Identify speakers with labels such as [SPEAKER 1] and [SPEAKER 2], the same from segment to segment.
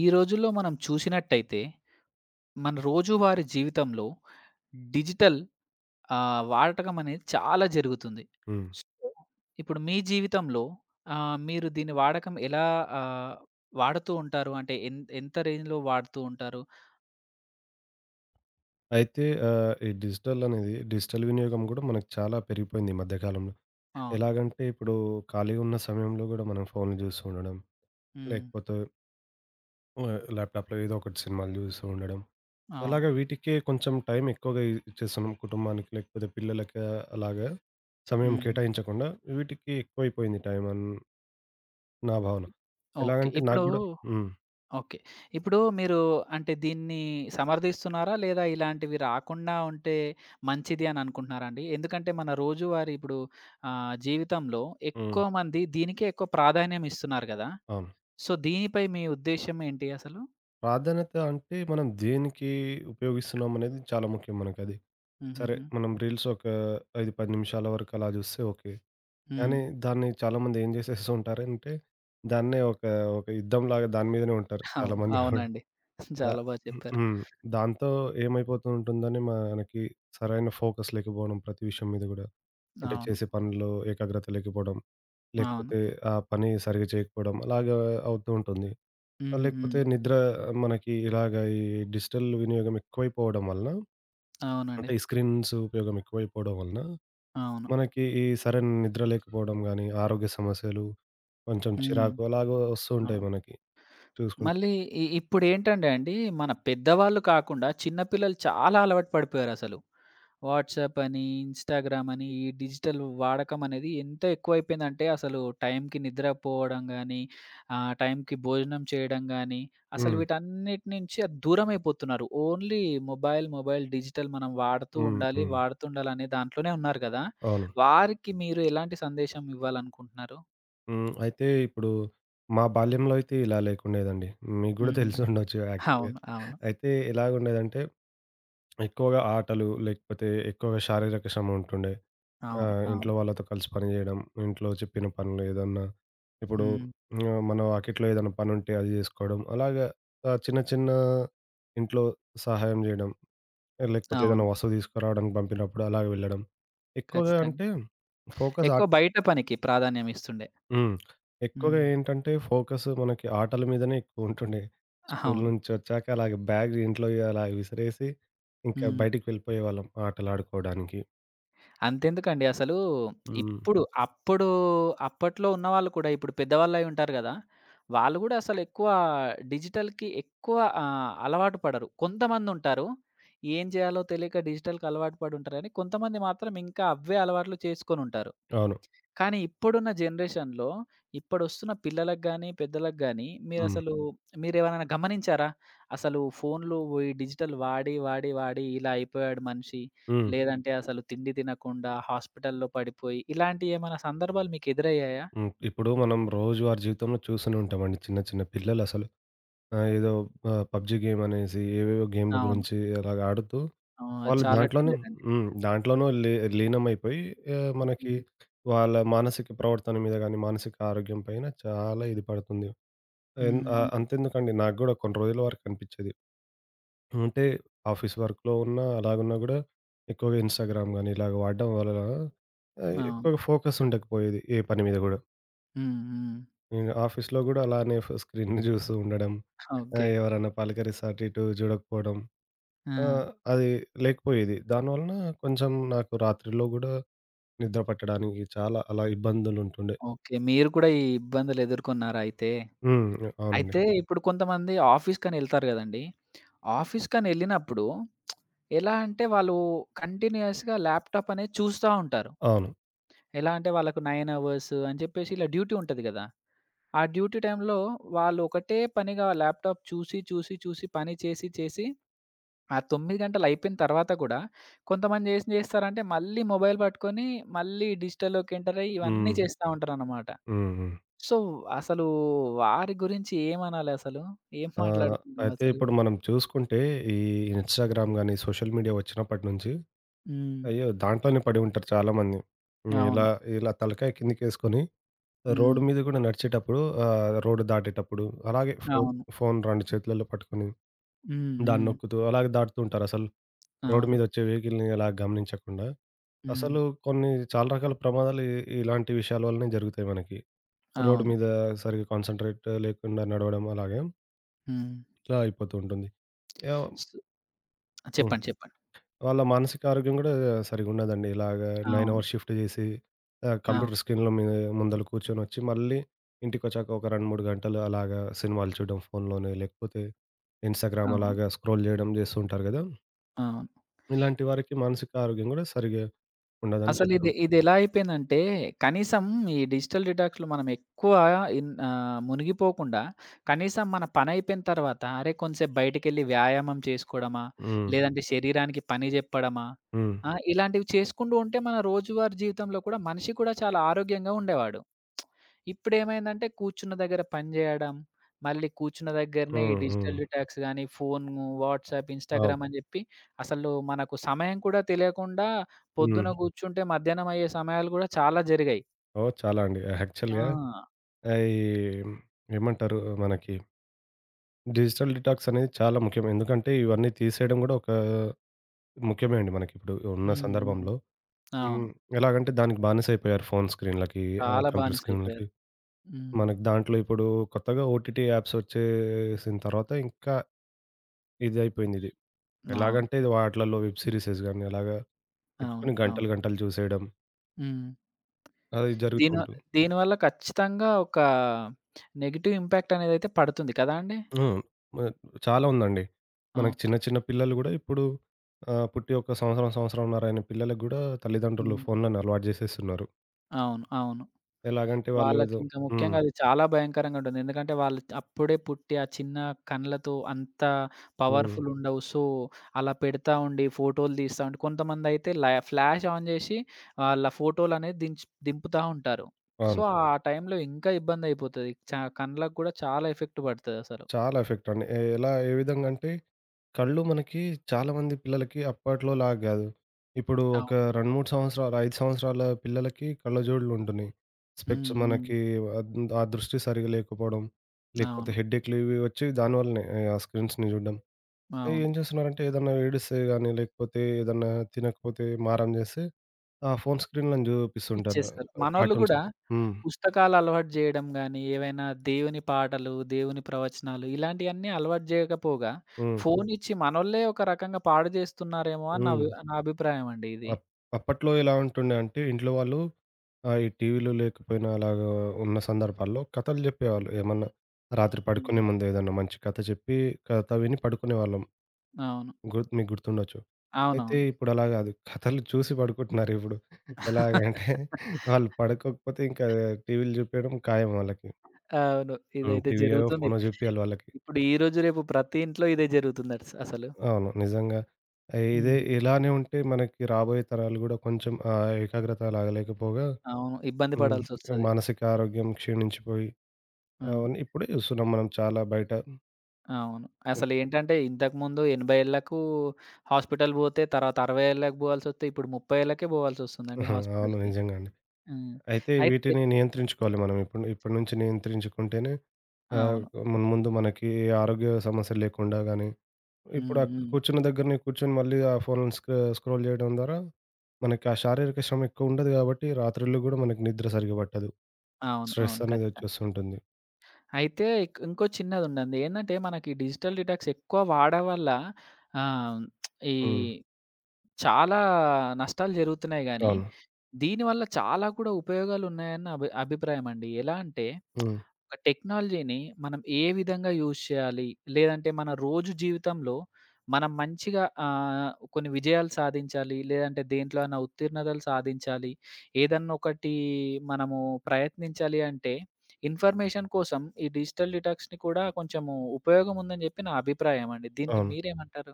[SPEAKER 1] ఈ రోజుల్లో మనం చూసినట్టయితే, మన రోజువారీ జీవితంలో డిజిటల్ వాడకం అనేది చాలా జరుగుతుంది.
[SPEAKER 2] హ్మ్.
[SPEAKER 1] సో, ఇప్పుడు మీ జీవితంలో మీరు దీని వాడకం ఎలా ఆహ్, వాడుతూ ఉంటారు? అంటే ఎంత రేంజ్‌లో వాడుతూ ఉంటారు?
[SPEAKER 2] అయితే ఈ డిజిటల్ అనేది డిజిటల్ వినియోగం గూడా మనకు చాలా పెరిగిపోయింది ఈ మధ్య కాలంలో.
[SPEAKER 1] అవును.
[SPEAKER 2] ఎలాగంటే ఇప్పుడు ఖాళీగా ఉన్న సమయంలో గూడా మనం ఫోన్‌లు జూస్తూ ఉండడం,
[SPEAKER 1] హ్మ్.
[SPEAKER 2] లేకపోతే ల్యాప్‌టాప్‌లో ఏదో ఒకటి సినిమాలు జూస్తూ ఉండడం.
[SPEAKER 1] అవును.
[SPEAKER 2] అలాగ వీటికే కొంచెం టైం ఎక్కువగా ఇచ్చేస్తున్నాం. కుటుంబానికి లేకపోతే పిల్లలకి అలాగా సమయం
[SPEAKER 1] హ్మ్.
[SPEAKER 2] కేటాయించకుండా వీటికి ఎక్కువైపోయింది టైం అని నా భావన.
[SPEAKER 1] ఇప్ ఓకే.
[SPEAKER 2] ఎలాగంటే నాకు
[SPEAKER 1] ఇప్పుడు
[SPEAKER 2] గూడా. హ్మ్.
[SPEAKER 1] ఓకే. ఇప్పుడు మీరు అంటే దీన్ని సమర్థిస్తున్నారా? లేదా ఇలాంటివి రాకుండా ఉంటే మంచిది అని అనుకుంటున్నారా అండి? ఎందుకంటే మన రోజువారీ ఇప్పుడు ఆహ్, జీవితంలో
[SPEAKER 2] హ్మ్.
[SPEAKER 1] ఎక్కువ మంది దీనికే ఎక్కువ ప్రాధాన్యం ఇస్తున్నారు గదా!
[SPEAKER 2] అవును.
[SPEAKER 1] సో, దీనిపై మీ ఉద్దేశ్యం ఏంటి అసలు?
[SPEAKER 2] ప్రాధాన్యత అంటే మనం దేనికి ఉపయోగిస్తున్నామనేది చాలా ముఖ్యం మనకది. సరే.
[SPEAKER 1] హుహుహు.
[SPEAKER 2] మనం రీల్స్ ఒక 5, 10 నిమిషాల వరకు అలా జూస్తే ఓకే.
[SPEAKER 1] హ్మ్.
[SPEAKER 2] కానీ దాన్ని చాలామంది ఏం జేసేస్తూ ఉంటారంటే, దాన్నే ఒక ఒక యుద్ధంలాగా దాని మీదనే ఉంటారు
[SPEAKER 1] అవును.
[SPEAKER 2] చాలామంది గూడా.
[SPEAKER 1] అవునండి.
[SPEAKER 2] ద
[SPEAKER 1] చాలా బా చెప్పారు.
[SPEAKER 2] హ్మ్. దాంతో ఏమైపోతూ ఉంటుందని మనకి సరైన ఫోకస్ లేకపోవడం ప్రతి విషయం మీద గూడా. అంటే
[SPEAKER 1] అవును.
[SPEAKER 2] చేసే పనుల్లో ఏకాగ్రత లేకపోవడం,
[SPEAKER 1] అవును.
[SPEAKER 2] లేకపోతే ఆ పని సరిగ్గా చేయకపోవడం అలాగా అవుతూ ఉంటుంది.
[SPEAKER 1] హ్మ్. హ్మ్.
[SPEAKER 2] లేకపోతే నిద్ర మనకి ఇలాగ ఈ డిజిటల్ వినియోగం ఎక్కువైపోవడం వలన
[SPEAKER 1] అవునండి.
[SPEAKER 2] అంటే ఈ స్క్రీన్స్ ఉపయోగం ఎక్కువైపోవడం వలన
[SPEAKER 1] అవును.
[SPEAKER 2] మనకి ఈ సరైన నిద్ర లేకపోవడం గాని, ఆరోగ్య సమస్యలు, కొంచెం
[SPEAKER 1] హ్మ్.
[SPEAKER 2] చిరాకు అలాగ వస్తూ
[SPEAKER 1] అ
[SPEAKER 2] ఉంటాయి మనకి చూసుకుంటే.
[SPEAKER 1] మళ్ళీ ఇప్పుడేంటంటే అండి, మన పెద్దవాళ్ళు కాకుండా చిన్న పిల్లలు చాలా అలవాటు పడిపోయారసలు. వాట్సాప్ అని, ఇన్‌స్టాగ్రామ్ అని, ఈ డిజిటల్ వాడకం అనేది ఎంత ఎక్కువైపోయిందంటే అసలు టైంకి నిద్రపోవడం గానీ, టైంకి భోజనం చేయడం గానీ, అసలు
[SPEAKER 2] హ్మ్.
[SPEAKER 1] వీటన్నిటి నుంచి దూరమైపోతున్నారు. ఓన్లీ మొబైల్, మొబైల్, డిజిటల్ మనం వాడుతూ
[SPEAKER 2] హ్మ్.
[SPEAKER 1] ఉండాలి,
[SPEAKER 2] హ్మ్.
[SPEAKER 1] వాడుతుండాలనే దాంట్లోనే ఉన్నారు గదా!
[SPEAKER 2] అవును.
[SPEAKER 1] వారికి మీరు ఎలాంటి సందేశం ఇవ్వాలనుకుంటున్నారు?
[SPEAKER 2] హ్మ్. అయితే ఇప్పుడు మా బాల్యంలో అయితే ఇలా లేకుండేదండి. మీకు గూడా
[SPEAKER 1] హుహుహు.
[SPEAKER 2] తెలిసుండొచ్చు యాక్చువల్‌గా.
[SPEAKER 1] అవును. అవును.
[SPEAKER 2] అయితే ఎలాగుండేదంటే ఎక్కువగా ఆటలు, లేకపోతే ఎక్కువగా శారీరక శ్రమ ఉంటుండే. ఆ!
[SPEAKER 1] అవును. అవును.
[SPEAKER 2] ఇంట్లో వాళ్ళతో కలిసి పని జేయడం, ఇంట్లో చెప్పిన పనులు ఏదన్నా ఇప్పుడు
[SPEAKER 1] హ్మ్.
[SPEAKER 2] మన వాకిట్లో ఏదైనా పనుంటే అది జేసుకోవడం. అలాగా చిన్న చిన్న ఇంట్లో సహాయం జేయడం. లేకపోతే
[SPEAKER 1] అవును.
[SPEAKER 2] ఏదైనా వస్తువు తీసుకురావడానికి పంపినప్పుడు అలాగ వెళ్ళడం. ఎక్కువగా
[SPEAKER 1] ఖచ్చితంగా.
[SPEAKER 2] అంటే ఫోకస్
[SPEAKER 1] ఎక్కువ
[SPEAKER 2] ఆట్
[SPEAKER 1] బయట పనికి ప్రాధాన్యం ఇస్తుండే.
[SPEAKER 2] హ్మ్. ఎక్కువగా
[SPEAKER 1] హ్మ్.
[SPEAKER 2] ఏంటంటే ఫోకస్ మనకి ఆటల మీదనే ఎక్కువుంటుండే. స్కూలు
[SPEAKER 1] అవును.
[SPEAKER 2] నుంచొచ్చాక అలాగే బ్యాగ్ ఇంట్లో అలాగ విసిరేసి ఇంకా
[SPEAKER 1] హ్మ్.
[SPEAKER 2] బయటికి వెళ్ళిపోయేవాళ్ళం ఆటలాడుకోవడానికి.
[SPEAKER 1] అంతెందుకండి అసలు
[SPEAKER 2] హ్మ్.
[SPEAKER 1] అప్పుడు అప్పట్లో ఉన్నవాళ్ళు కూడా ఇప్పుడు పెద్దవాళ్ళై ఉంటారు గదా! వాళ్ళు గూడా అసలు ఎక్కువ డిజిటల్‌కి ఎక్కువ అలవాటు పడరు. కొంతమందుంటారు. ఏం జేయాలో తెలియక డిజిటల్‌కి అలవాటు పడి ఉంటారు గానీ, కొంతమంది మాత్రం ఇంకా అవే అలవాట్లు చేసుకొనుంటారు.
[SPEAKER 2] అవును.
[SPEAKER 1] కానీ ఇప్పుడున్న జనరేషన్‌లో ఇప్పుడొస్తున్న పిల్లలకి గాని, పెద్దలకి గాని
[SPEAKER 2] హ్మ్.
[SPEAKER 1] మీరసలు మీరేవరైనా గమనించారా? అసలు ఫోన్‌లు ఈ డిజిటల్ వాడి, వాడి, వాడి ఇలా అయిపోయాడు మనిషి.
[SPEAKER 2] హ్మ్.
[SPEAKER 1] లేదంటే అసలు తిండి తినకుండా హాస్పిటల్‌లో పడిపోయి ఇలాంటి ఏమైనా సందర్భాలు మీకు ఎదురయ్యాయా?
[SPEAKER 2] హ్మ్. ఇప్పుడు మనం రోజువారీ జీవితంలో చూస్తూనే ఉంటామండి చిన్న చిన్న పిల్లలసలు ఏదో పబ్‌జీ గేమ్ అనేసి ఏవేవో గేమ్‌ల
[SPEAKER 1] అవును.
[SPEAKER 2] గురించి అలాగ ఆడుతూ
[SPEAKER 1] అవును. అది
[SPEAKER 2] వాళ్ళు
[SPEAKER 1] చాలా
[SPEAKER 2] దాంట్లోనే.
[SPEAKER 1] డేంజర్ అండి.
[SPEAKER 2] దాంట్లోనూ లీనమైపోయి మనకి
[SPEAKER 1] హ్మ్.
[SPEAKER 2] వాళ్ళ మానసిక ప్రవర్తన మీద గాని, మానసిక ఆరోగ్యం పైన చాలా ఇది పడుతుంది.
[SPEAKER 1] హ్మ్.
[SPEAKER 2] అంతెందుకండి నాకు గూడా కొన్ని రోజుల వరకు అనిపిచ్చేది. అంటే ఆఫీస్ వర్క్‌లో ఉన్నా, అలాగున్నా గూడా ఎక్కువగా ఇన్‌స్టాగ్రామ్ గాని ఇలాగ వాడడం వలన
[SPEAKER 1] అవును.
[SPEAKER 2] ఎక్కువగా ఫోకస్ ఉండకపోయేది ఏ పని మీద గూడా.
[SPEAKER 1] హ్మ్. హ్మ్.
[SPEAKER 2] నేను ఆఫీస్‌లో గూడా అలానే స్క్రీన్‌ని చూస్తూ ఉండడం,
[SPEAKER 1] ఓకే.
[SPEAKER 2] ఎవరన్నా పలకరిస్తే అటు ఇటు చూడకపోవడం.
[SPEAKER 1] ఆ!
[SPEAKER 2] ఆ! అది లేకపోయేది. దానివలన కొంచెం నాకు రాత్రిలో గూడా నిద్ర పట్టడానికి చాలా అలా ఇబ్బందులుంటుండే.
[SPEAKER 1] ఓకే. మీరు కూడా ఈ ఇబ్బందులు ఎదుర్కొన్నారా అయితే?
[SPEAKER 2] హ్మ్. అవునండి.
[SPEAKER 1] అయితే ఇప్పుడు కొంతమంది ఆఫీస్‌కని ఎళ్తారు గదండీ! ఆఫీస్‌కని ఎళ్ళినప్పుడు ఎలా అంటే వాళ్ళు కంటిన్యూయస్‌గా ల్యాప్‌టాప్ అనేది చూస్తా ఉంటారు.
[SPEAKER 2] అవును.
[SPEAKER 1] ఎలా అంటే వాళ్ళకు 9 అవర్స్ అని జెప్పేసి ఇలా డ్యూటీ ఉంటది గదా! ఆ డ్యూటీ టైమ్‌లో వాళ్ళు ఒకటే పనిగా ల్యాప్‌టాప్ చూసి, చూసి, చూసి పని చేసి, చేసి ఆ 9 గంటలయిపోయిన తర్వాత గూడా కొంతమంది ఏం జేస్తారంటే మళ్ళీ మొబైల్ పట్టుకొని మళ్ళీ డిజిటల్‌లోకి ఎంటర్ అయ్యి ఇవన్నీ
[SPEAKER 2] హ్మ్.
[SPEAKER 1] చేస్తా ఉంటారనమాట.
[SPEAKER 2] హ్మ్. హ్మ్.
[SPEAKER 1] సో, అసలు వారి గురించి ఏమనాలసలు? ఏం
[SPEAKER 2] ఆహ్, అయితే
[SPEAKER 1] మాట్లాడుకుందామసలు?
[SPEAKER 2] ఇప్పుడు మనం చూసుకుంటే ఈ ఇన్‌స్టాగ్రామ్ గాని, సోషల్ మీడియా వచ్చినప్పటి నుంచి
[SPEAKER 1] హ్మ్.
[SPEAKER 2] అయ్యో! దాంట్లోనే పడి ఉంటారు చాలామంది. హ్మ్. ఇలా
[SPEAKER 1] అవును.
[SPEAKER 2] ఇలా తలకాయ కిందకేసుకొని రోడ్డు
[SPEAKER 1] హ్మ్.
[SPEAKER 2] మీద గూడా నడిచేటప్పుడు రోడ్డు దాటేటప్పుడు అలాగే
[SPEAKER 1] అవును.
[SPEAKER 2] ఫోను 2 చేతులలో పట్టుకొని
[SPEAKER 1] హ్మ్.
[SPEAKER 2] దాన్ని
[SPEAKER 1] హ్మ్.
[SPEAKER 2] నొక్కుతూ అలాగే దాటుతూ ఉంటారు. అసలు రోడ్డు
[SPEAKER 1] అవును.
[SPEAKER 2] మీదొచ్చే వెహికల్‌ని అలా గమనించకుండా.
[SPEAKER 1] హ్మ్.
[SPEAKER 2] అసలు కొన్ని చాలా రకాల ప్రమాదాలు ఇలాంటి విషయాల వల్లనే జరుగుతాయి మనకి. రోడ్డు
[SPEAKER 1] అవును.
[SPEAKER 2] మీద సరిగ్గా కాన్సంట్రేట్ లేకుండా నడవడం అలాగే
[SPEAKER 1] హ్మ్.
[SPEAKER 2] ఇలా అయిపోతూ ఉంటుంది. యావ్
[SPEAKER 1] సు
[SPEAKER 2] హ్మ్.
[SPEAKER 1] చెప్పండి. చెప్పండి.
[SPEAKER 2] వాళ్ళ మానసిక ఆరోగ్యం గూడా సరిగుండదండి. ఇలాగ 9
[SPEAKER 1] అవును.
[SPEAKER 2] అవర్స్ షిఫ్ట్ జేసి
[SPEAKER 1] అవును.
[SPEAKER 2] కంప్యూటర్ స్క్రీన్‌ల మీ ముందల కూర్చొనొచ్చి మళ్ళీ ఇంటికొచ్చాక ఒక 2, 3 గంటలు అలాగా సినిమాలు చూడడం ఫోన్‌లోనే లేకపోతే ఇన్‌స్టాగ్రామ్
[SPEAKER 1] అవును.
[SPEAKER 2] అలాగా స్క్రోల్ జేయడం జేస్తూ ఉంటారు గదా!
[SPEAKER 1] అవును.
[SPEAKER 2] ఇలాంటి వారికి మానసిక ఆరోగ్యం గూడా సరిగ్గా ఉండదని
[SPEAKER 1] అసలిది
[SPEAKER 2] చెప్తాను.
[SPEAKER 1] ఇదెలా అయిపోయిందంటే కనీసం ఈ డిజిటల్ డిటాక్స్‌లో మనం ఎక్కువ మునిగిపోకుండా కనీసం మన పనైపోయిన తర్వాత అరే! కొంసేపు బయటికెళ్ళి వ్యాయామం చేసుకోవడమా?
[SPEAKER 2] హ్మ్.
[SPEAKER 1] లేదంటే శరీరానికి పని జెప్పడమా?
[SPEAKER 2] హ్మ్.
[SPEAKER 1] ఆ! ఇలాంటివి చేసుకుంటూ ఉంటే మన రోజువారీ జీవితంలో కూడా మనిషి కూడా చాలా ఆరోగ్యంగా ఉండేవాడు. ఇప్పుడేమైందంటే కూర్చున్న దగ్గర పని జేయడం, మళ్ళీ కూర్చున్న దగ్గరనే ఈ
[SPEAKER 2] హ్మ్. హ్మ్.
[SPEAKER 1] డిజిటల్ డిటాక్స్ గాని, ఫోను, వాట్సాప్,
[SPEAKER 2] అవును.
[SPEAKER 1] ఇన్‌స్టాగ్రామ్ అని జెప్పి అసలు మనకు సమయం కూడా తెలియకుండా
[SPEAKER 2] హ్మ్.
[SPEAKER 1] పొద్దున గూర్చుంటే మధ్యాహ్నం అయ్యే సమయాలు గూడా చాలా జరిగాయి.
[SPEAKER 2] ఓహ్! చాలా అండి. యాక్చువల్‌గా
[SPEAKER 1] ఆ!
[SPEAKER 2] అయి ఏమంటారు? మనకి డిజిటల్ డిటాక్స్ అనేది చాలా ముఖ్యం. ఎందుకంటే ఇవన్నీ తీసేయడం గూడా ఒక ముఖ్యమే అండి మనకిప్పుడు ఉన్న
[SPEAKER 1] హ్మ్. హ్మ్.
[SPEAKER 2] సందర్భంలో.
[SPEAKER 1] అవును.
[SPEAKER 2] హ్మ్. ఎలాగంటే దానికి బానిసైపోయారు ఫోను స్క్రీన్‌లకి,
[SPEAKER 1] చాలా
[SPEAKER 2] కంప్యూటర్
[SPEAKER 1] బానిసైపోయారు.
[SPEAKER 2] స్క్రీన్‌లకి.
[SPEAKER 1] హ్మ్.
[SPEAKER 2] మనకి దాంట్లో ఇప్పుడు కొత్తగా ఓటీటీ యాప్స్ వచ్చేసిన తర్వాత ఇంకా ఇదయిపోయింది ఇది.
[SPEAKER 1] అవును.
[SPEAKER 2] ఎలాగంటే వాటిలలో వెబ్ సీరీసెస్ గాని అలాగా
[SPEAKER 1] అవును.
[SPEAKER 2] పెట్టుకొని
[SPEAKER 1] అవును.
[SPEAKER 2] గంటలు గంటలు చూసేయడం
[SPEAKER 1] హ్మ్.
[SPEAKER 2] అది జరుగుతూ
[SPEAKER 1] దీని వ
[SPEAKER 2] ఉంటుంది.
[SPEAKER 1] దీనివల్ల ఖచ్చితంగా ఒక నెగెటివ్ ఇంపాక్ట్ అనేదైతే పడుతుంది కదా అండి?
[SPEAKER 2] హ్మ్. మ చాలా ఉందండి. మనకి
[SPEAKER 1] ఓకే.
[SPEAKER 2] చిన్న చిన్న పిల్లలు గూడా ఇప్పుడు పుట్టి ఒక సంవత్సరం, సంవత్సరంన్నర అయిన పిల్లలకి గూడా తల్లిదండ్రులు
[SPEAKER 1] హ్మ్.
[SPEAKER 2] ఫోన్‌లను అలవాటు జేసేస్తున్నారు.
[SPEAKER 1] అవును. అవును.
[SPEAKER 2] ఎలాగంటే వాళ్ళు ఏదో.
[SPEAKER 1] వాళ్ళకింకా
[SPEAKER 2] హ్మ్.
[SPEAKER 1] ముఖ్యంగా అది చాలా భయంకరంగా ఉంటుంది. ఎందుకంటే వాళ్ళు అప్పుడే పుట్టి ఆ చిన్న కళ్ళతో అంత
[SPEAKER 2] హ్మ్.
[SPEAKER 1] పవర్‌ఫుల్ ఉండవు. సో, అలా పెడతా ఉండి ఫోటోలు తీస్తా ఉండి కొంతమందైతే ఫ్లాష్ ఆన్ చేసి వాళ్ళ ఫోటోలనేవి దింపుతా ఉంటారు. సో,
[SPEAKER 2] అవును.
[SPEAKER 1] ఆ టైంలో ఇంకా ఇబ్బందయిపోతది. కళ్ళకి కూడా చాలా ఎఫెక్ట్ పడతదసలు.
[SPEAKER 2] చాలా ఎఫెక్ట్ అండి. ఎ ఎలా ఏ విధంగా అంటే కళ్ళు మనకి చాలామంది పిల్లలకి అప్పట్లోలాగా గాదు. ఇప్పుడు ఒక
[SPEAKER 1] అవును.
[SPEAKER 2] 2, 3 సంవత్సరాలు, 5 సంవత్సరాల పిల్లలకి కళ్ళజోడులు ఉంటున్నాయి. స్పెక్ట్స్
[SPEAKER 1] హ్మ్. హ్మ్.
[SPEAKER 2] మనకి ఆ దృష్టి సరిగ్గా లేకపోవడం, లేకపోతే
[SPEAKER 1] అవును.
[SPEAKER 2] హెడ్‌ఏక్‌లు ఇవి వచ్చి దానివల్లనే ఆ స్క్రీన్స్‌ని జూడడం.
[SPEAKER 1] అవును.
[SPEAKER 2] ఏం చేస్తున్నారంటే ఏదన్నా ఏడిస్తే గాని, లేకపోతే ఏదన్నా తినకపోతే మారం చేస్తే, ఆ ఫోను స్క్రీన్‌లను చూపిస్తుంటారు.
[SPEAKER 1] ఇచ్చేస్తారు. మనోళ్ళు
[SPEAKER 2] కార్టూన్స్.
[SPEAKER 1] గూడా
[SPEAKER 2] హ్మ్.
[SPEAKER 1] పుస్తకాలు అలవాటు జేయడం గానీ, ఏవైనా దేవుని పాటలు, దేవుని ప్రవచనాలు ఇలాంటియన్నీ అలవాటు జేయకపోగా, హ్మ్.
[SPEAKER 2] హ్మ్.
[SPEAKER 1] ఫోనిచ్చి మనోళ్ళే ఒక రకంగా పాడు జేస్తున్నారేమో అని
[SPEAKER 2] హ్మ్.
[SPEAKER 1] నా అభిప్రాయం అండి ఇది.
[SPEAKER 2] అప్ అప్పట్లో ఎలా ఉంటుండే అంటే ఇంట్లో వాళ్ళు ఈ టీవీలు లేకపోయినా అలాగా ఉన్న సందర్భాల్లో కథలు చెప్పేవాళ్ళు. ఏమన్నా రాత్రి పడుకునే
[SPEAKER 1] హ్మ్.
[SPEAKER 2] ముందు ఏదన్నా మంచి కథ చెప్పి, కథ విని పడుకునేవాళ్ళం.
[SPEAKER 1] అవును.
[SPEAKER 2] మీకు గుర్తుండొచ్చు. అయితే
[SPEAKER 1] అవునవును.
[SPEAKER 2] ఇప్పుడు అలా కాదు. కథలు చూసి పడుకుంటున్నారిప్పుడు. ఎలాగంటే వాళ్ళు పడుకోకపోతే ఇంకా టీవీలు చూపియడం ఖాయం వాళ్ళకి.
[SPEAKER 1] అవును.
[SPEAKER 2] హ్మ్.
[SPEAKER 1] ఇదైతే
[SPEAKER 2] టీవీయో,
[SPEAKER 1] జరుగుతుంది.
[SPEAKER 2] ఫోనో జూపియాలి వాళ్ళకి.
[SPEAKER 1] ఇప్పుడు ఈ రోజు రేపు ప్రతి ఇంట్లో ఇదే జరుగుతుంది అట్స్ అసలు.
[SPEAKER 2] అవును. నిజంగా ఇదే
[SPEAKER 1] హ్మ్.
[SPEAKER 2] ఇలానే ఉంటే మనకి రాబోయే తరాలు గూడా కొంచెం ఆ ఏకాగ్రత లాగలేకపోగా
[SPEAKER 1] అవును. ఇబ్బంది
[SPEAKER 2] హ్మ్.
[SPEAKER 1] పడాల్సొస్తది.
[SPEAKER 2] మానసిక ఆరోగ్యం క్షీణించిపోయి
[SPEAKER 1] అవును.
[SPEAKER 2] అవన్నీ ఇప్పుడే జూస్తున్నాం మనం చాలా బయట.
[SPEAKER 1] అవును. అసలేంటంటే ఇంతకుముందు 80 ఏళ్ళకు హాస్పిటల్ పోతే, తర్వాత 60 ఏళ్ళకి పోవాల్సొస్తే, ఇప్పుడు 30 ఏళ్ళకే పోవాల్సొస్తుందండి
[SPEAKER 2] అవును.
[SPEAKER 1] హాస్పిటల్‌కి.
[SPEAKER 2] నిజంగా అండి.
[SPEAKER 1] హ్మ్.
[SPEAKER 2] అయితే
[SPEAKER 1] అయితే
[SPEAKER 2] వీటిని నియంత్రించుకోవాలి మనం ఇప్పుడు ఇప్పటి
[SPEAKER 1] చెప్పు
[SPEAKER 2] నుంచి నియంత్రించుకుంటేనే ఆహ్,
[SPEAKER 1] అవును.
[SPEAKER 2] మున్ముందు మనకి ఆరోగ్య సమస్యలు లేకుండా గాని ఇప్పుడు
[SPEAKER 1] హ్మ్. హ్మ్.
[SPEAKER 2] కూర్చున్న దగ్గరనే కూర్చొని మళ్ళీ ఆ ఫోన్‌లను స్క్రోల్ చేయడం ద్వారా మనకి ఆ శారీరక శ్రమ ఎక్కువుండదు గాబట్టి, రాత్రిళ్ళు గూడా మనకి నిద్ర సరిగ్గా పట్టదు.
[SPEAKER 1] అవును.
[SPEAKER 2] స్ట్రెస్
[SPEAKER 1] అవును.
[SPEAKER 2] అనేది
[SPEAKER 1] ఖచ్చితంగా.
[SPEAKER 2] వచ్చేస్తుంటుంది.
[SPEAKER 1] అయితే ఇంకో చిన్నదుందండి. ఏందంటే, మనకి డిజిటల్ డిటాక్స్ ఎక్కువ వాడడం వల్ల ఆహ్, ఈ
[SPEAKER 2] హ్మ్.
[SPEAKER 1] చాలా నష్టాలు జరుగుతున్నాయి గానీ,
[SPEAKER 2] అవును.
[SPEAKER 1] దీనివల్ల చాలా కూడా ఉపయోగాలున్నాయని నా అభి అభిప్రాయమండి. ఎలా అంటే
[SPEAKER 2] హ్మ్.
[SPEAKER 1] ఒక టెక్నాలజీని మనం ఏ విధంగా యూజ్ చేయాలి? లేదంటే మన రోజు జీవితంలో మనం మంచిగా కొన్ని విజయాలు సాధించాలి. లేదంటే దేంట్లో అన్నా ఉత్తీర్ణతలు సాధించాలి. ఏదన్నా ఒకటి మనము ప్రయత్నించాలి అంటే ఇన్ఫర్మేషన్ కోసం ఈ డిజిటల్ డిటాక్స్‌ని కూడా కొంచెము ఉపయోగం ఉందని చెప్పి నా అభిప్రాయం అండి. దీనికి
[SPEAKER 2] అవును.
[SPEAKER 1] మీరేమంటారు?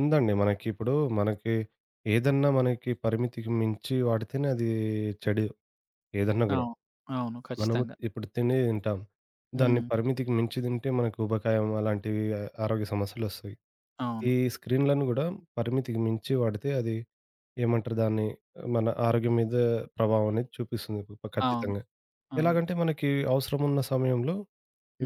[SPEAKER 2] ఉందండి. మనకి ఏదన్నా మనకి పరిమితికి మించి వాడితేనే అది చెడు ఏదన్నా గూడా.
[SPEAKER 1] అవును. అవును.
[SPEAKER 2] మనము
[SPEAKER 1] ఖచ్చితంగా.
[SPEAKER 2] ఇప్పుడు తింటాం. దాన్ని
[SPEAKER 1] హ్మ్.
[SPEAKER 2] పరిమితికి మించి తింటే మనకు ఊబకాయం అలాంటివి ఆరోగ్య సమస్యలొస్తాయి.
[SPEAKER 1] అవును.
[SPEAKER 2] ఈ స్క్రీన్‌లను గూడా పరిమితికి మించి వాడితే అది ఏమంటారు దాన్ని? మన ఆరోగ్యం మీద ప్రభావం అనేది చూపిస్తుంది
[SPEAKER 1] అవును.
[SPEAKER 2] ఖచ్చితంగా.
[SPEAKER 1] అవును.
[SPEAKER 2] ఎలాగంటే మనకి అవసరమున్న సమయంలో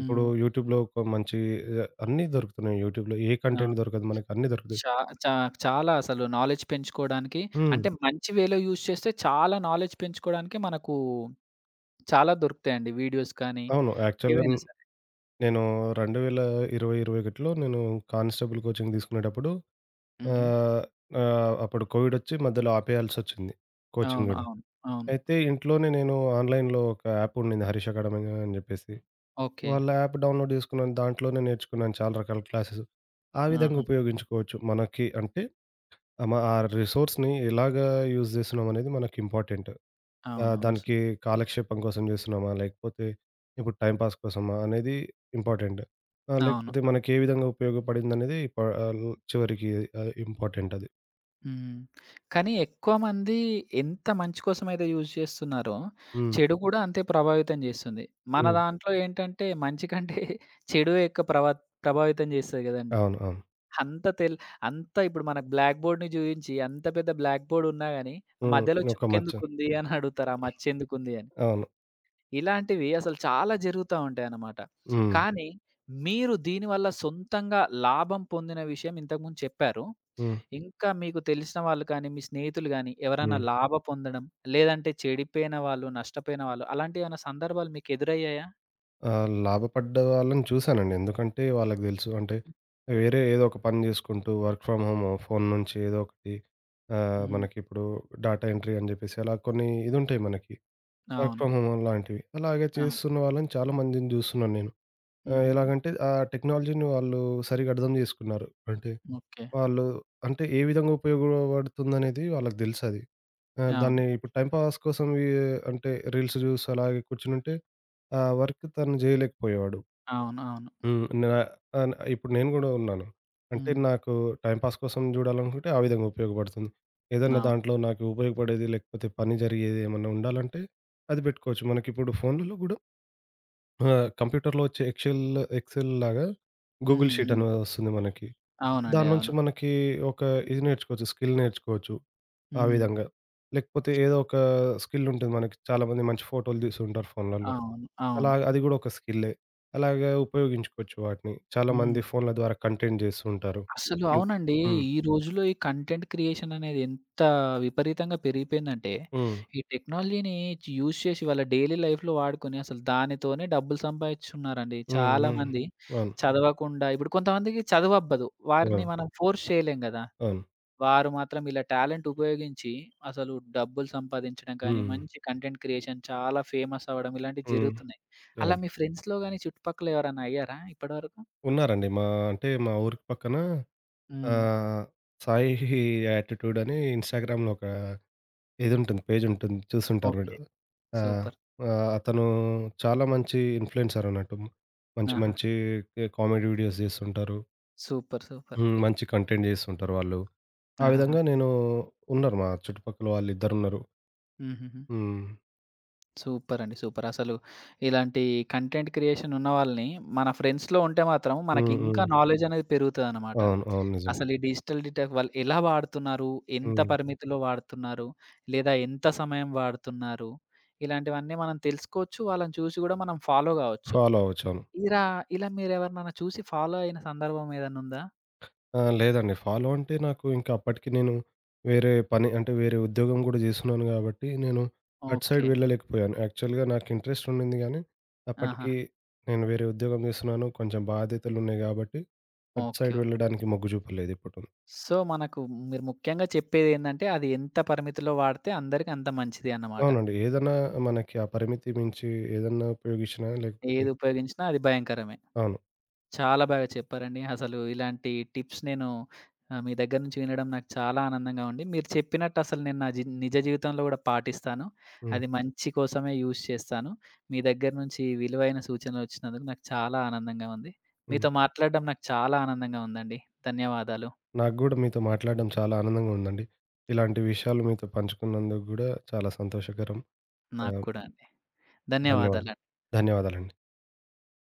[SPEAKER 2] ఇప్పుడు యూట్యూబ్‌లో ఒక మంచి అన్నీ దొరుకుతున్నాయి యూట్యూబ్‌లో. ఏ కంటెంట్
[SPEAKER 1] అవును.
[SPEAKER 2] దొరకదు మనకు అన్నీ దొరుకుతాయి.
[SPEAKER 1] షా చా చాలా అసలు నాలెడ్జ్ పెంచుకోవడానికి
[SPEAKER 2] హ్మ్.
[SPEAKER 1] అంటే మంచి వేలో యూజ్ చేస్తే చాలా నాలెడ్జ్ పెంచుకోవడానికి మనకు చాలా దొరుకుతాయండి వీడియోస్ కానీ,
[SPEAKER 2] అవును. యాక్చువల్‌గా
[SPEAKER 1] ఏవైనా సరే.
[SPEAKER 2] నేను 2020, 2021లో నేను కానిస్టేబుల్ కోచింగ్ తీసుకునేటప్పుడు
[SPEAKER 1] హుహు.
[SPEAKER 2] ఆహ్, ఆహ్, అప్పుడు కోవిడొచ్చి మధ్యలో ఆపేయాల్సొచ్చింది కోచింగ్
[SPEAKER 1] అవును.
[SPEAKER 2] గూడా.
[SPEAKER 1] అవును. అవును.
[SPEAKER 2] అయితే ఇంట్లోనే నేను ఆన్‌లైన్‌లో ఒక యాప్ ఉండింది 'హరీష్ అకాడమీ' అని జెప్పేసి.
[SPEAKER 1] ఓకే.
[SPEAKER 2] వాళ్ళ యాప్ డౌన్‌లోడ్ జేసుకున్నాను. దాంట్లోనే నేర్చుకున్నాను చాలా రకాల క్లాసెస్. ఆ విధంగా
[SPEAKER 1] ఆహా!
[SPEAKER 2] ఉపయోగించుకోవచ్చు. మనకి అంటే ఆహ్, మ ఆ రిసోర్స్‌ని ఎలాగా యూజ్ జేస్తున్నామనేది మనకి ఇంపార్టెంట్.
[SPEAKER 1] అవునవును.
[SPEAKER 2] దానికి కాలక్షేపం కోసం జేస్తున్నామా? లేకపోతే ఇప్పుడు టైమ్ పాస్ కోసమా? అనేది ఇంపార్టెంట్.
[SPEAKER 1] అవును.
[SPEAKER 2] లేకపోతే
[SPEAKER 1] అవును.
[SPEAKER 2] మనకి ఏ విధంగా ఉపయోగపడిందనేది ఆహ్, చివరికి ఇంపార్టెంట్ అది.
[SPEAKER 1] హ్మ్. కానీ ఎక్కువ మంది ఎంత మంచి కోసమైతే యూజ్ చేస్తున్నారో,
[SPEAKER 2] హ్మ్.
[SPEAKER 1] చెడు కూడా అంతే ప్రభావితం చేస్తుంది. మన
[SPEAKER 2] హ్మ్.
[SPEAKER 1] దాంట్లో ఏంటంటే మంచి కంటే చెడువే ఎక్కువ ప్రభావితం చేస్తది కదండీ!
[SPEAKER 2] అవును. అవును.
[SPEAKER 1] అంత తెల్ అంత ఇప్పుడు మనకు బ్లాక్ బోర్డ్‌ని చూయించి అంత పెద్ద బ్లాక్ బోర్డ్ ఉన్నా గాని,
[SPEAKER 2] హ్మ్.
[SPEAKER 1] మధ్యలో
[SPEAKER 2] ఒక మచ్చ.
[SPEAKER 1] చుక్కెందుకుంది అని అడుగుతారు. ఆ మచ్చెందుకుంది అని.
[SPEAKER 2] అవును.
[SPEAKER 1] ఇలాంటివి అసలు చాలా జరుగుతా ఉంటాయన్నమాట.
[SPEAKER 2] హ్మ్.
[SPEAKER 1] కానీ మీరు దీనివల్ల సొంతంగా లాభం పొందిన విషయం ఇంతకుముందు చెప్పారు.
[SPEAKER 2] హ్మ్.
[SPEAKER 1] ఇంకా మీకు తెలిసిన వాళ్ళు కానీ, మీ స్నేహితులు గానీ ఎవరైనా
[SPEAKER 2] హ్మ్.
[SPEAKER 1] లాభ పొందడం, లేదంటే చెడిపోయిన వాళ్ళు, నష్టపోయిన వాళ్ళు అలాంటి ఏమైనా సందర్భాలు మీకు ఎదురయ్యాయా?
[SPEAKER 2] ఆ! లాభపడ్డ వాళ్ళని చూసానండి. ఎందుకంటే వాళ్ళకి తెలుసు అంటే వేరే ఏదో ఒక పని చేసుకుంటూ వర్క్ ఫ్రమ్ హోమ్ ఫోన్ నుంచి ఏదో ఒకటి
[SPEAKER 1] హ్మ్.
[SPEAKER 2] మనకిప్పుడు డాటా ఎంట్రీ అని చెప్పేసి అలా కొన్ని ఇదుంటాయి మనకి. వర్క్
[SPEAKER 1] అవును.
[SPEAKER 2] ఫ్రమ్ హోమ్ లాంటివి. అలాగే
[SPEAKER 1] అవును.
[SPEAKER 2] చేస్తున్న వాళ్ళని చాలా మందిని చూస్తున్నాను నేను.
[SPEAKER 1] హుహుహు.
[SPEAKER 2] ఎలాగంటే ఆ టెక్నాలజీని వాళ్ళు సరిగ్గా అర్థం చేసుకున్నారు. అంటే
[SPEAKER 1] ఓకే.
[SPEAKER 2] వాళ్ళు అంటే ఏ విధంగా ఉపయోగపడుతుందనేది వాళ్ళకి తెలుసది. ఆ!
[SPEAKER 1] అవును.
[SPEAKER 2] దాన్ని ఇప్పుడు టైమ్ పాస్ కోసం ఈ అంటే రీల్స్ చూసి అలాగే కూర్చునుంటే ఆ వర్క్ తను చేయలేకపోయేవాడు.
[SPEAKER 1] అవును. అవును.
[SPEAKER 2] హ్మ్. నా ఆన్ ఇప్పుడు నేను గూడా ఉన్నాను. అంటే
[SPEAKER 1] హ్మ్.
[SPEAKER 2] నాకు టైమ్ పాస్ కోసం జూడాలనుకుంటే ఆ విధంగా ఉపయోగపడుతుంది. ఏదన్నా
[SPEAKER 1] అవును.
[SPEAKER 2] దాంట్లో నాకు ఉపయోగపడేది లేకపోతే పని జరిగేది ఏమన్నా ఉండాలంటే అది బెట్టుకోవచ్చు. మనకిప్పుడు ఫోన్‌లలో గూడా కంప్యూటర్‌లో వచ్చే ఎక్సెల్ ఎక్సెల్ లాగా
[SPEAKER 1] హ్మ్.
[SPEAKER 2] గూగుల్
[SPEAKER 1] హ్మ్.
[SPEAKER 2] షీట్
[SPEAKER 1] హ్మ్.
[SPEAKER 2] అని ఒస్తుంది మనకి.
[SPEAKER 1] అవునండి.
[SPEAKER 2] దాని నుంచి
[SPEAKER 1] అవును.
[SPEAKER 2] మనకి ఒక ఇది నేర్చుకోవచ్చు. స్కిల్ నేర్చుకోవచ్చు. ఆ
[SPEAKER 1] హ్మ్.
[SPEAKER 2] విధంగా. లేకపోతే ఏదో ఒక స్కిల్ ఉంటుంది మనకి. చాలామంది మంచి ఫోటోలు తీసుంటారు ఫోన్‌లలో.
[SPEAKER 1] అవును.
[SPEAKER 2] అలా
[SPEAKER 1] అవును.
[SPEAKER 2] అది గూడా ఒక స్కిల్లే. అలాగా ఉపయోగించుకోవచ్చు వాటిని. చాలా
[SPEAKER 1] హ్మ్.
[SPEAKER 2] మంది ఫోన్ల ద్వారా కంటెంట్ జేస్తూ ఉంటారు.
[SPEAKER 1] అసలు
[SPEAKER 2] హ్మ్.
[SPEAKER 1] అవునండి.
[SPEAKER 2] హ్మ్.
[SPEAKER 1] ఈ రోజుల్లో ఈ కంటెంట్ క్రియేషన్ అనేది ఎంత విపరీతంగా పెరిగిపోయిందంటే,
[SPEAKER 2] హ్మ్.
[SPEAKER 1] ఈ టెక్నాలజీని యూజ్ చేసి వాళ్ళ డైలీ లైఫ్‌లో వాడుకొని అసలు దానితోనే డబ్బులు సంపాదిస్తున్నారండి.
[SPEAKER 2] హ్మ్. హ్మ్.
[SPEAKER 1] చాలామంది
[SPEAKER 2] అవును.
[SPEAKER 1] చదవకుండా ఇప్పుడు కొంతమందికి చదువబ్బదు. వారిని
[SPEAKER 2] అవును.
[SPEAKER 1] మనం ఫోర్స్ చేయలేం గదా!
[SPEAKER 2] అవును.
[SPEAKER 1] వారు మాత్రం ఇలా టాలెంట్ ఉపయోగించి అసలు డబ్బులు సంపాదించడం కానీ,
[SPEAKER 2] హ్మ్.
[SPEAKER 1] మంచి కంటెంట్ క్రియేషన్ చాలా ఫేమస్ అవ్వడం ఇలాంటివి
[SPEAKER 2] హ్మ్.
[SPEAKER 1] జరుగుతున్నాయి. అలా
[SPEAKER 2] అవును.
[SPEAKER 1] మీ ఫ్రెండ్స్‌లో గాని చుట్టుపక్కల ఎవరైనా అయ్యారా ఇప్పటివరకు?
[SPEAKER 2] ఉన్నారండి. మా అంటే మా ఊరికి పక్కన
[SPEAKER 1] హ్మ్.
[SPEAKER 2] ఆహ్, సాయి యాటిట్యూడ్ అని ఇన్‌స్టాగ్రామ్‌లో ఒక ఇదుంటుంది. పేజ్ ఉంటుంది. చూసుంటారు
[SPEAKER 1] ఓకే.
[SPEAKER 2] మీరు. ఆ!
[SPEAKER 1] సూపర్.
[SPEAKER 2] అతను చాలా మంచి ఇన్‌ఫ్లుయెన్సర్ అన్నట్టు. మంచి
[SPEAKER 1] ఆహా!
[SPEAKER 2] మంచి కామెడీ వీడియోస్ జేస్తుంటారు.
[SPEAKER 1] సూపర్. సూపర్.
[SPEAKER 2] హ్మ్. మంచి కంటెంట్ జేస్తుంటారు వాళ్ళు. ఆ
[SPEAKER 1] ఆహాహా!
[SPEAKER 2] విధంగా నేను ఉన్నారు మా చుట్టుపక్కల వాళ్ళిద్దరున్నారు.
[SPEAKER 1] హుహుహు.
[SPEAKER 2] హ్మ్.
[SPEAKER 1] సూపర్ అండి. సూపర్. అసలు ఇలాంటి కంటెంట్ క్రియేషన్ ఉన్న వాళ్ళని మన ఫ్రెండ్స్‌లో ఉంటే మాత్రం
[SPEAKER 2] హ్మ్.
[SPEAKER 1] మనకింకా
[SPEAKER 2] హ్మ్.
[SPEAKER 1] నాలెడ్జ్ అనేది పెరుగుతదనమాట.
[SPEAKER 2] అవును. అవును. నిజంగా.
[SPEAKER 1] అసలు ఈ డిజిటల్ డిటాక్ వాళ్ళు ఎలా వాడుతున్నారు? ఎంత
[SPEAKER 2] హ్మ్.
[SPEAKER 1] పరిమితిలో వాడుతున్నారు? లేదా ఎంత సమయం వాడుతున్నారు? ఇలాంటివన్నీ మనం తెలుసుకోవచ్చు. వాళ్ళని చూసి గూడా మనం ఫాలో గావచ్చు.
[SPEAKER 2] ఫాలో అవ్వచ్చాను.
[SPEAKER 1] ఇరా ఇలా మీరెవరినైనా చూసి ఫాలో అయిన సందర్భం ఏదన్నుందా?
[SPEAKER 2] ఆ! లేదండి. ఫాలో అంటే నాకు ఇంకా అప్పటికి నేను వేరే పని అంటే వేరే ఉద్యోగం గూడా జేస్తున్నాను గాబట్టి నేను అటు సైడ్
[SPEAKER 1] ఓకే.
[SPEAKER 2] వెళ్ళలేకపోయాను. యాక్చువల్‌గా నాకు ఇంట్రెస్ట్ ఉండింది గానీ
[SPEAKER 1] ఆహా!
[SPEAKER 2] అప్పటికి నేను వేరే ఉద్యోగం జేస్తున్నాను. కొంచెం బాధ్యతలున్నాయి గాబట్టి అటు
[SPEAKER 1] ఓకే.
[SPEAKER 2] Side
[SPEAKER 1] okay.
[SPEAKER 2] వెళ్ళడానికి మొగ్గు జూపలేదు ఎప్పుడూ.
[SPEAKER 1] సో, మనకు మీరు ముఖ్యంగా చెప్పేదేందంటే, అది ఎంత పరిమితిలో వాడితే అందరికి అంత మంచిది అన్నమాట.
[SPEAKER 2] అవునండి. ఏదన్నా మనకి ఆ పరిమితి మించి ఏదన్నా ఉపయోగించినా లేకపోతే
[SPEAKER 1] ఏది ఉపయోగించినా అది భయంకరమే.
[SPEAKER 2] అవును.
[SPEAKER 1] చాలా బాగా చెప్పారండి. అసలు ఇలాంటి టిప్స్ నేను మీ దగ్గర నుంచి వినడం నాకు చాలా ఆనందంగా ఉంది. మీరు చెప్పినట్టు అసలు నేను నా జి నిజ జీవితంలో కూడా పాటిస్తాను.
[SPEAKER 2] హ్మ్.
[SPEAKER 1] అది మంచి కోసమే యూజ్ చేస్తాను. మీ దగ్గర నుంచి విలువైన సూచనలు వచ్చినందుకు నాకు చాలా ఆనందంగా ఉంది.
[SPEAKER 2] హ్మ్.
[SPEAKER 1] మీతో మాట్లాడడం నాకు చాలా ఆనందంగా ఉందండి. ధన్యవాదాలు.
[SPEAKER 2] నాకు గూడా మీతో మాట్లాడడం చాలా ఆనందంగా ఉందండి. ఇలాంటి విషయాలు మీతో పంచుకున్నందుకు గూడా చాలా సంతోషకరం.
[SPEAKER 1] నాకు
[SPEAKER 2] ఆహ్,
[SPEAKER 1] కూడా అండి.
[SPEAKER 2] ధన్యవాదాలు.
[SPEAKER 1] ధన్యవాదాలండి.
[SPEAKER 2] ధన్యవాదాలండి.